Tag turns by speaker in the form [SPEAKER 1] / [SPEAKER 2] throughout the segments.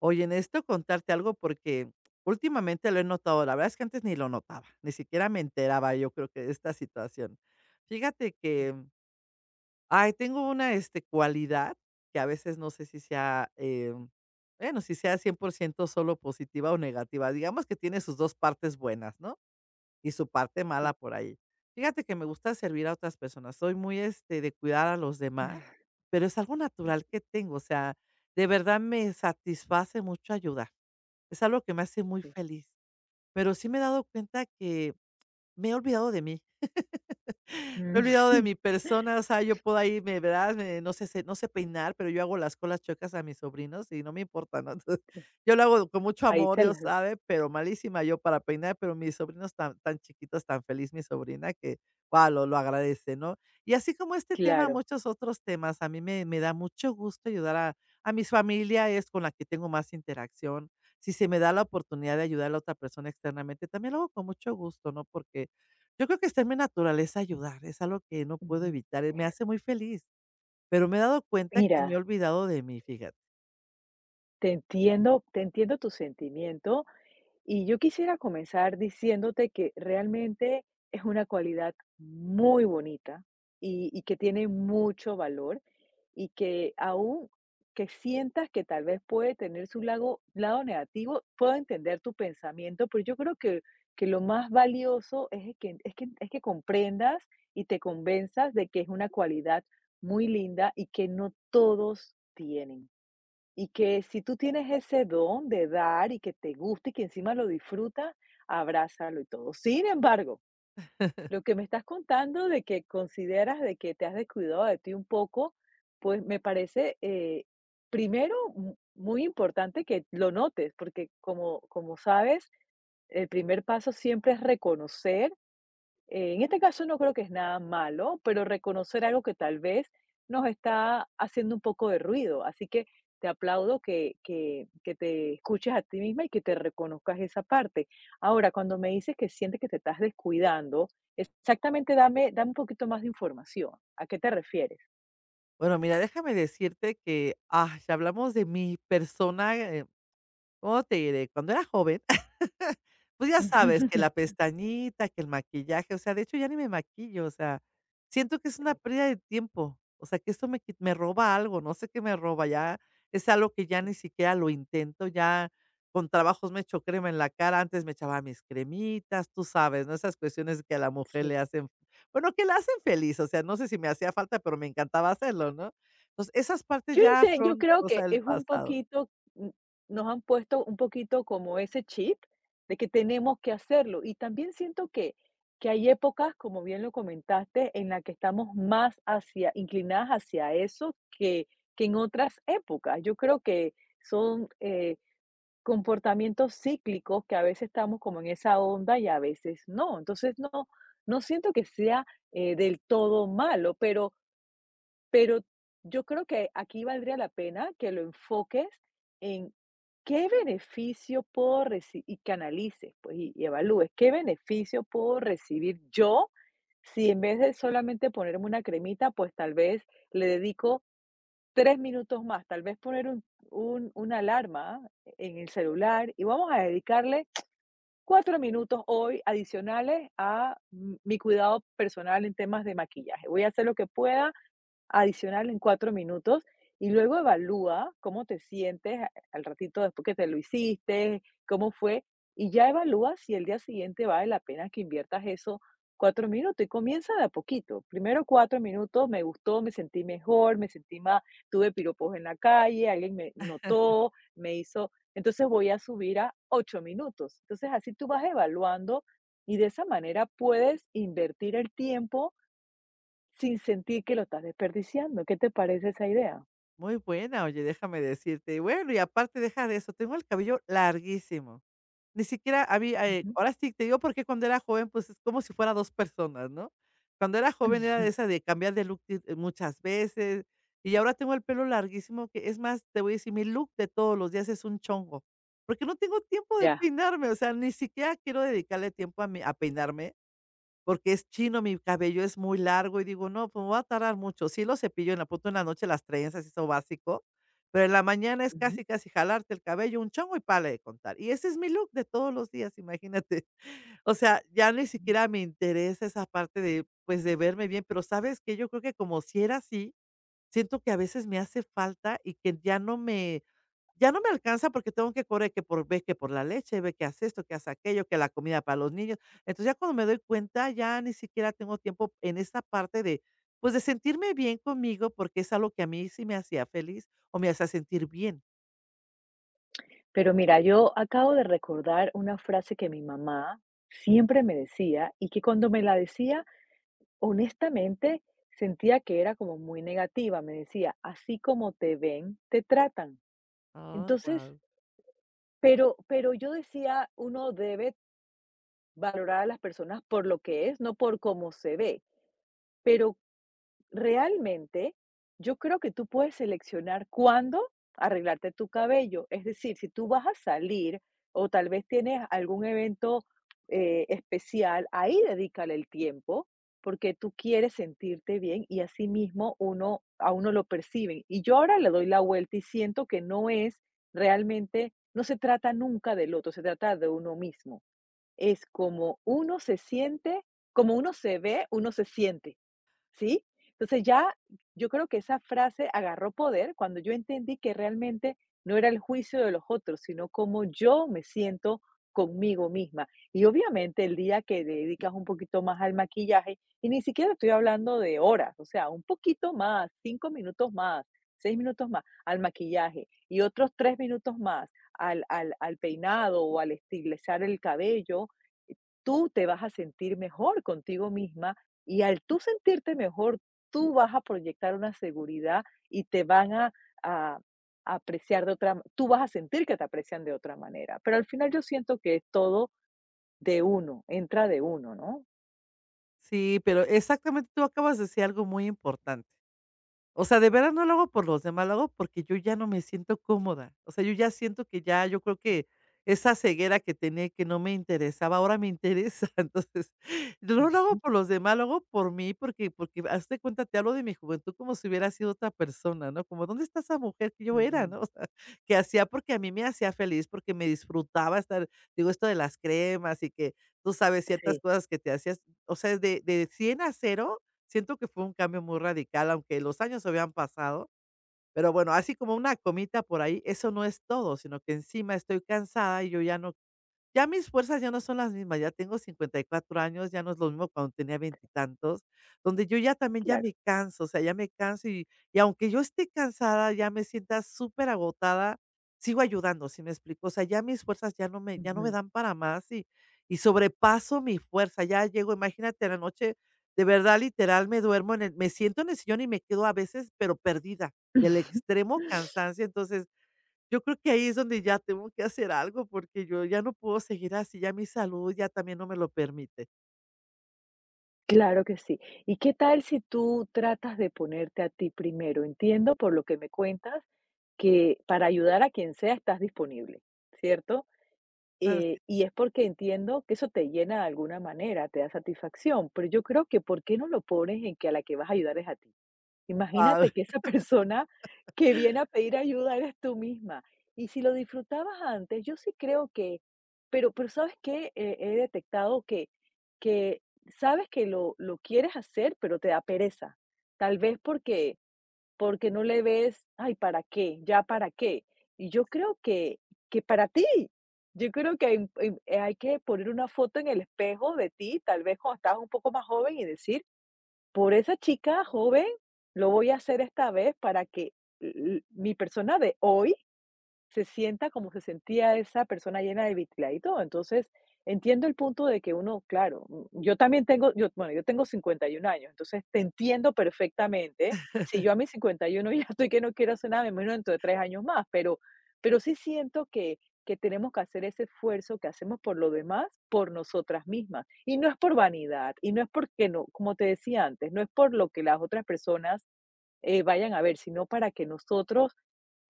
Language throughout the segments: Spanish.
[SPEAKER 1] Oye, necesito contarte algo porque últimamente lo he notado. La verdad es que antes ni lo notaba, ni siquiera me enteraba, yo creo, que de esta situación. Fíjate que, ay, tengo una cualidad que a veces no sé si sea, bueno, si sea 100% solo positiva o negativa. Digamos que tiene sus dos partes buenas, ¿no? Y su parte mala
[SPEAKER 2] Sí,
[SPEAKER 1] por ahí. Fíjate que me gusta servir a otras personas. Soy muy, este, de cuidar a los demás, pero es algo natural que tengo. O sea, de verdad me satisface mucho ayudar. Es algo que me hace muy
[SPEAKER 2] sí.
[SPEAKER 1] feliz. Pero sí me he dado cuenta que me he olvidado de mí, he
[SPEAKER 2] Mm,
[SPEAKER 1] olvidado de mi persona. O sea, yo puedo ahí, me verás, me no sé se no sé peinar, pero yo hago las colas chuecas a mis sobrinos y no me importa, ¿no? Entonces, yo lo hago con mucho
[SPEAKER 2] Ahí
[SPEAKER 1] amor,
[SPEAKER 2] se
[SPEAKER 1] Dios
[SPEAKER 2] las,
[SPEAKER 1] sabe, pero malísima yo para peinar, pero mis sobrinos tan tan chiquitos, tan feliz mi sobrina que, guau, lo agradece, ¿no? Y así como este tema,
[SPEAKER 2] claro.
[SPEAKER 1] muchos otros temas, a mí me da mucho gusto ayudar a mis familia, es con la que tengo más interacción. Si se me da la oportunidad de ayudar a la otra persona externamente, también lo hago con mucho gusto, ¿no? Porque yo creo que está en mi naturaleza ayudar, es algo que no puedo
[SPEAKER 2] Ujú.
[SPEAKER 1] evitar, me hace muy feliz, pero me he dado cuenta que me he
[SPEAKER 2] Mira,
[SPEAKER 1] olvidado de mí, fíjate.
[SPEAKER 2] te entiendo tu sentimiento. Y yo quisiera comenzar diciéndote que realmente es una cualidad muy bonita y que tiene mucho valor y que aún que sientas que tal vez puede tener su lado negativo, puedo entender tu pensamiento, pero yo creo que lo más valioso es que, es que comprendas y te convenzas de que es una cualidad muy linda y que no todos tienen. Y que si tú tienes ese don de dar y que te gusta y que encima lo disfrutas, abrázalo y todo. Sin embargo, lo que me estás contando de que consideras de que te has descuidado de ti un poco, pues me parece primero muy importante que lo notes, porque como, como sabes, el primer paso siempre es reconocer, en este caso no creo que es nada malo, pero reconocer algo que tal vez nos está haciendo un poco de ruido. Así que te aplaudo que, que te escuches a ti misma y que te reconozcas esa parte. Ahora, cuando me dices que sientes que te estás descuidando, exactamente dame, dame un poquito más de información. ¿A qué te refieres?
[SPEAKER 1] Bueno, mira, déjame decirte que, si hablamos de mi persona, ¿cómo te diré? Cuando era joven, pues ya sabes, que la pestañita, que el maquillaje. O sea, de hecho ya ni me maquillo, o sea, siento que es una pérdida de tiempo, o sea, que esto me qui me roba algo, no sé qué me roba, ya es algo que ya ni siquiera lo intento, ya con trabajos me echo crema en la cara, antes me echaba mis cremitas, tú sabes, ¿no? Esas cuestiones que a la mujer
[SPEAKER 2] Sí.
[SPEAKER 1] le hacen, bueno, que la hacen feliz. O sea, no sé si me hacía falta, pero me encantaba hacerlo, ¿no? Entonces, esas partes ya
[SPEAKER 2] Yo
[SPEAKER 1] fueron
[SPEAKER 2] creo
[SPEAKER 1] cosa
[SPEAKER 2] que
[SPEAKER 1] del
[SPEAKER 2] es un
[SPEAKER 1] pasado.
[SPEAKER 2] poquito, n nos han puesto un poquito como ese chip de que tenemos que hacerlo, y también siento que hay épocas, como bien lo comentaste, en la que estamos más hacia inclinadas hacia eso que en otras épocas. Yo creo que son, comportamientos cíclicos que a veces estamos como en esa onda y a veces no. Entonces, no siento que sea, del todo malo, pero yo creo que aquí valdría la pena que lo enfoques en qué beneficio puedo recibir y que analices, pues, y evalúes qué beneficio puedo recibir yo si en vez de solamente ponerme una cremita, pues tal vez le dedico tres minutos más, tal vez poner una alarma en el celular y vamos a dedicarle cuatro minutos hoy adicionales a mi cuidado personal en temas de maquillaje. Voy a hacer lo que pueda adicional en 4 minutos y luego evalúa cómo te sientes al ratito después que te lo hiciste, cómo fue, y ya evalúa si el día siguiente vale la pena que inviertas esos 4 minutos y comienza de a poquito. Primero 4 minutos, me gustó, me sentí mejor, me sentí más, tuve piropos en la calle, alguien me notó, me hizo, entonces voy a subir a 8 minutos. Entonces así tú vas evaluando y de esa manera puedes invertir el tiempo sin sentir que lo estás desperdiciando. ¿Qué te parece esa idea?
[SPEAKER 1] Muy buena, oye, déjame decirte. Y bueno, y aparte deja de eso, tengo el cabello larguísimo. Ni siquiera había,
[SPEAKER 2] Ujú.
[SPEAKER 1] ahora sí te digo, porque cuando era joven, pues es como si fuera dos personas, ¿no? Cuando era joven era de esa de cambiar de look muchas veces, y ahora tengo el pelo larguísimo que es más, te voy a decir, mi look de todos los días es un chongo, porque no tengo tiempo de
[SPEAKER 2] Ya.
[SPEAKER 1] peinarme. O sea, ni siquiera quiero dedicarle tiempo a, a peinarme, porque es chino, mi cabello es muy largo y digo: "No, pues me voy a tardar mucho". Sí lo cepillo en la punto en la noche, las trenzas, eso básico, pero en la mañana es
[SPEAKER 2] Ujú.
[SPEAKER 1] casi, casi jalarte el cabello, un chongo y párale de contar. Y ese es mi look de todos los días, imagínate. O sea, ya ni siquiera me interesa esa parte de, pues, de verme bien, pero, ¿sabes que Yo creo que como si era así, siento que a veces me hace falta y que ya no me alcanza, porque tengo que correr, que por ve que por la leche, ve que haz esto, que haz aquello, que la comida para los niños. Entonces, ya cuando me doy cuenta, ya ni siquiera tengo tiempo en esta parte de, pues, de sentirme bien conmigo, porque es algo que a mí sí me hacía feliz o me hacía sentir bien.
[SPEAKER 2] Pero mira, yo acabo de recordar una frase que mi mamá siempre me decía y que cuando me la decía, honestamente, sentía que era como muy negativa. Me decía, así como te ven, te tratan.
[SPEAKER 1] Ah,
[SPEAKER 2] Entonces,
[SPEAKER 1] guau.
[SPEAKER 2] pero yo decía, uno debe valorar a las personas por lo que es, no por cómo se ve. Pero realmente, yo creo que tú puedes seleccionar cuándo arreglarte tu cabello. Es decir, si tú vas a salir o tal vez tienes algún evento, especial, ahí dedícale el tiempo porque tú quieres sentirte bien y así mismo uno, a uno lo perciben. Y yo ahora le doy la vuelta y siento que no es realmente, no se trata nunca del otro, se trata de uno mismo. Es como uno se siente, como uno se ve, uno se siente. ¿Sí? Entonces ya yo creo que esa frase agarró poder cuando yo entendí que realmente no era el juicio de los otros, sino cómo yo me siento conmigo misma. Y obviamente el día que le dedicas un poquito más al maquillaje, y ni siquiera estoy hablando de horas, o sea, un poquito más, 5 minutos más, 6 minutos más al maquillaje y otros tres minutos más al peinado o al estilizar el cabello, tú te vas a sentir mejor contigo misma y al tú sentirte mejor, tú vas a proyectar una seguridad y te van a, a- a apreciar de otra, tú vas a sentir que te aprecian de otra manera. Pero al final yo siento que es todo de uno, entra de uno, ¿no?
[SPEAKER 1] Sí, pero exactamente tú acabas de decir algo muy importante. O sea, de veras no lo hago por los demás, lo hago porque yo ya no me siento cómoda. O sea, yo ya siento que ya, yo creo que esa ceguera que tenía y que no me interesaba, ahora me interesa. Entonces, yo no lo hago
[SPEAKER 2] Ujú,
[SPEAKER 1] por los demás, lo hago por mí, porque hazte cuenta, te hablo de mi juventud como si hubiera sido otra persona, ¿no? Como, ¿dónde está esa mujer que yo era,
[SPEAKER 2] ujú.
[SPEAKER 1] no? O sea, que hacía porque a mí me hacía feliz, porque me disfrutaba estar, digo, esto de las cremas y que tú sabes ciertas
[SPEAKER 2] Sí,
[SPEAKER 1] cosas que te hacías. O sea, de 100 a cero. Siento que fue un cambio muy radical, aunque los años habían pasado, pero bueno, así como una comita por ahí, eso no es todo, sino que encima estoy cansada y yo ya no, ya mis fuerzas ya no son las mismas, ya tengo 54 años, ya no es lo mismo cuando tenía veintitantos, donde yo ya también ya
[SPEAKER 2] claro.
[SPEAKER 1] me canso. O sea, ya me canso, y aunque yo esté cansada, ya me sienta súper agotada, sigo ayudando, ¿si me explico? O sea, ya mis fuerzas ya no me, ya no me
[SPEAKER 2] Ujú.
[SPEAKER 1] dan para más, y sobrepaso mi fuerza, ya llego, imagínate, en la noche, de verdad, literal, me duermo en el, me siento en el sillón y me quedo a veces, pero perdida del extremo cansancio. Entonces, yo creo que ahí es donde ya tengo que hacer algo, porque yo ya no puedo seguir así, ya mi salud ya también no me lo permite.
[SPEAKER 2] Claro que sí. ¿Y qué tal si tú tratas de ponerte a ti primero? Entiendo por lo que me cuentas que para ayudar a quien sea estás disponible, ¿cierto?
[SPEAKER 1] Así,
[SPEAKER 2] Y es porque entiendo que eso te llena de alguna manera, te da satisfacción, pero yo creo que, ¿por qué no lo pones en que a la que vas a ayudar es a ti?
[SPEAKER 1] guau.
[SPEAKER 2] Imagínate que esa persona que viene a pedir ayuda eres tú misma. Y si lo disfrutabas antes, yo sí creo que, pero ¿sabes qué? He detectado que sabes que lo quieres hacer, pero te da pereza. Tal vez porque porque no le ves, ay, ¿para qué? ¿Ya para qué? Y yo creo que para ti. Yo creo que hay, hay que poner una foto en el espejo de ti, tal vez cuando estabas un poco más joven y decir: "Por esa chica joven, lo voy a hacer esta vez para que l mi persona de hoy se sienta como se sentía esa persona llena de vitla y todo". Entonces, entiendo el punto de que uno, claro, yo también tengo, yo, bueno, yo tengo 51 años, entonces te entiendo perfectamente. Si yo a mis 51 ya estoy que no quiero hacer nada, me muero dentro de tres años más, pero sí siento que tenemos que hacer ese esfuerzo que hacemos por lo demás, por nosotras mismas. Y no es por vanidad, y no es porque, no, como te decía antes, no es por lo que las otras personas, vayan a ver, sino para que nosotros,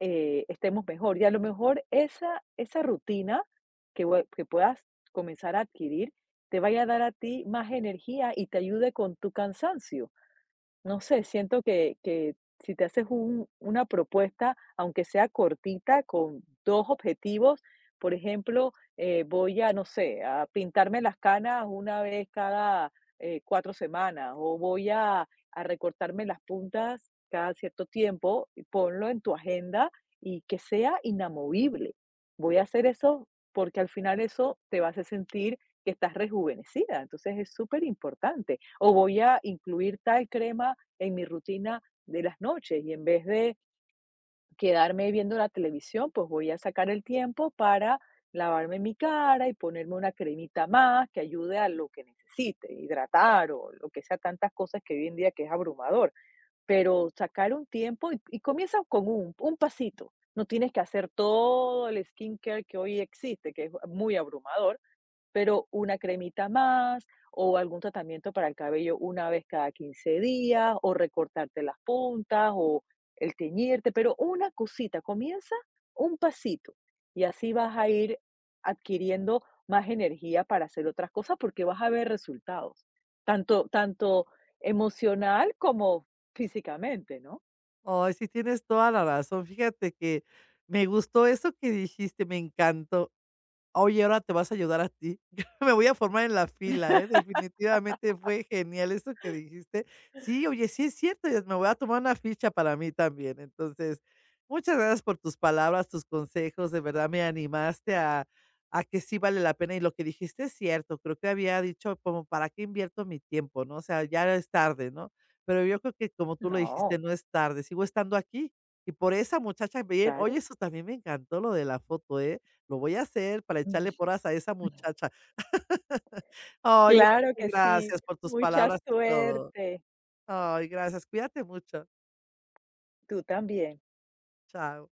[SPEAKER 2] estemos mejor. Y a lo mejor esa, esa rutina que, que puedas comenzar a adquirir te vaya a dar a ti más energía y te ayude con tu cansancio. No sé, siento que si te haces un una propuesta, aunque sea cortita, con 2 objetivos, por ejemplo, voy a, no sé, a pintarme las canas una vez cada, 4 semanas, o voy a recortarme las puntas cada cierto tiempo, y ponlo en tu agenda y que sea inamovible. Voy a hacer eso porque al final eso te va a hacer sentir que estás rejuvenecida, entonces es súper importante. O voy a incluir tal crema en mi rutina de las noches y en vez de quedarme viendo la televisión, pues voy a sacar el tiempo para lavarme mi cara y ponerme una cremita más que ayude a lo que necesite, hidratar o lo que sea, tantas cosas que hoy en día que es abrumador. Pero sacar un tiempo y comienza con un pasito. No tienes que hacer todo el skincare que hoy existe, que es muy abrumador, pero una cremita más o algún tratamiento para el cabello una vez cada 15 días o recortarte las puntas o el teñirte, pero una cosita, comienza un pasito y así vas a ir adquiriendo más energía para hacer otras cosas porque vas a ver resultados, tanto emocional como físicamente, ¿no?
[SPEAKER 1] Ay, sí tienes toda la razón. Fíjate que me gustó eso que dijiste, me encantó. Oye, ahora te vas a ayudar a ti. Me voy a formar en la fila, ¿eh? Definitivamente fue genial eso que dijiste. Sí, oye, sí es cierto, y me voy a tomar una ficha para mí también. Entonces, muchas gracias por tus palabras, tus consejos. De verdad me animaste a que sí vale la pena. Y lo que dijiste es cierto. Creo que había dicho como, ¿para qué invierto mi tiempo? ¿No? O sea, ya es tarde, ¿no? Pero yo creo que como tú lo dijiste,
[SPEAKER 2] No,
[SPEAKER 1] no es tarde. Sigo estando aquí. Y por esa muchacha, bien,
[SPEAKER 2] claro.
[SPEAKER 1] oye, eso también me encantó lo de la foto, ¿eh? Lo voy a hacer para echarle porras a esa muchacha. Oye,
[SPEAKER 2] Claro que sí.
[SPEAKER 1] gracias por tus
[SPEAKER 2] Mucha
[SPEAKER 1] palabras y todo.
[SPEAKER 2] suerte.
[SPEAKER 1] Ay, gracias. Cuídate mucho.
[SPEAKER 2] Tú también.
[SPEAKER 1] Chao.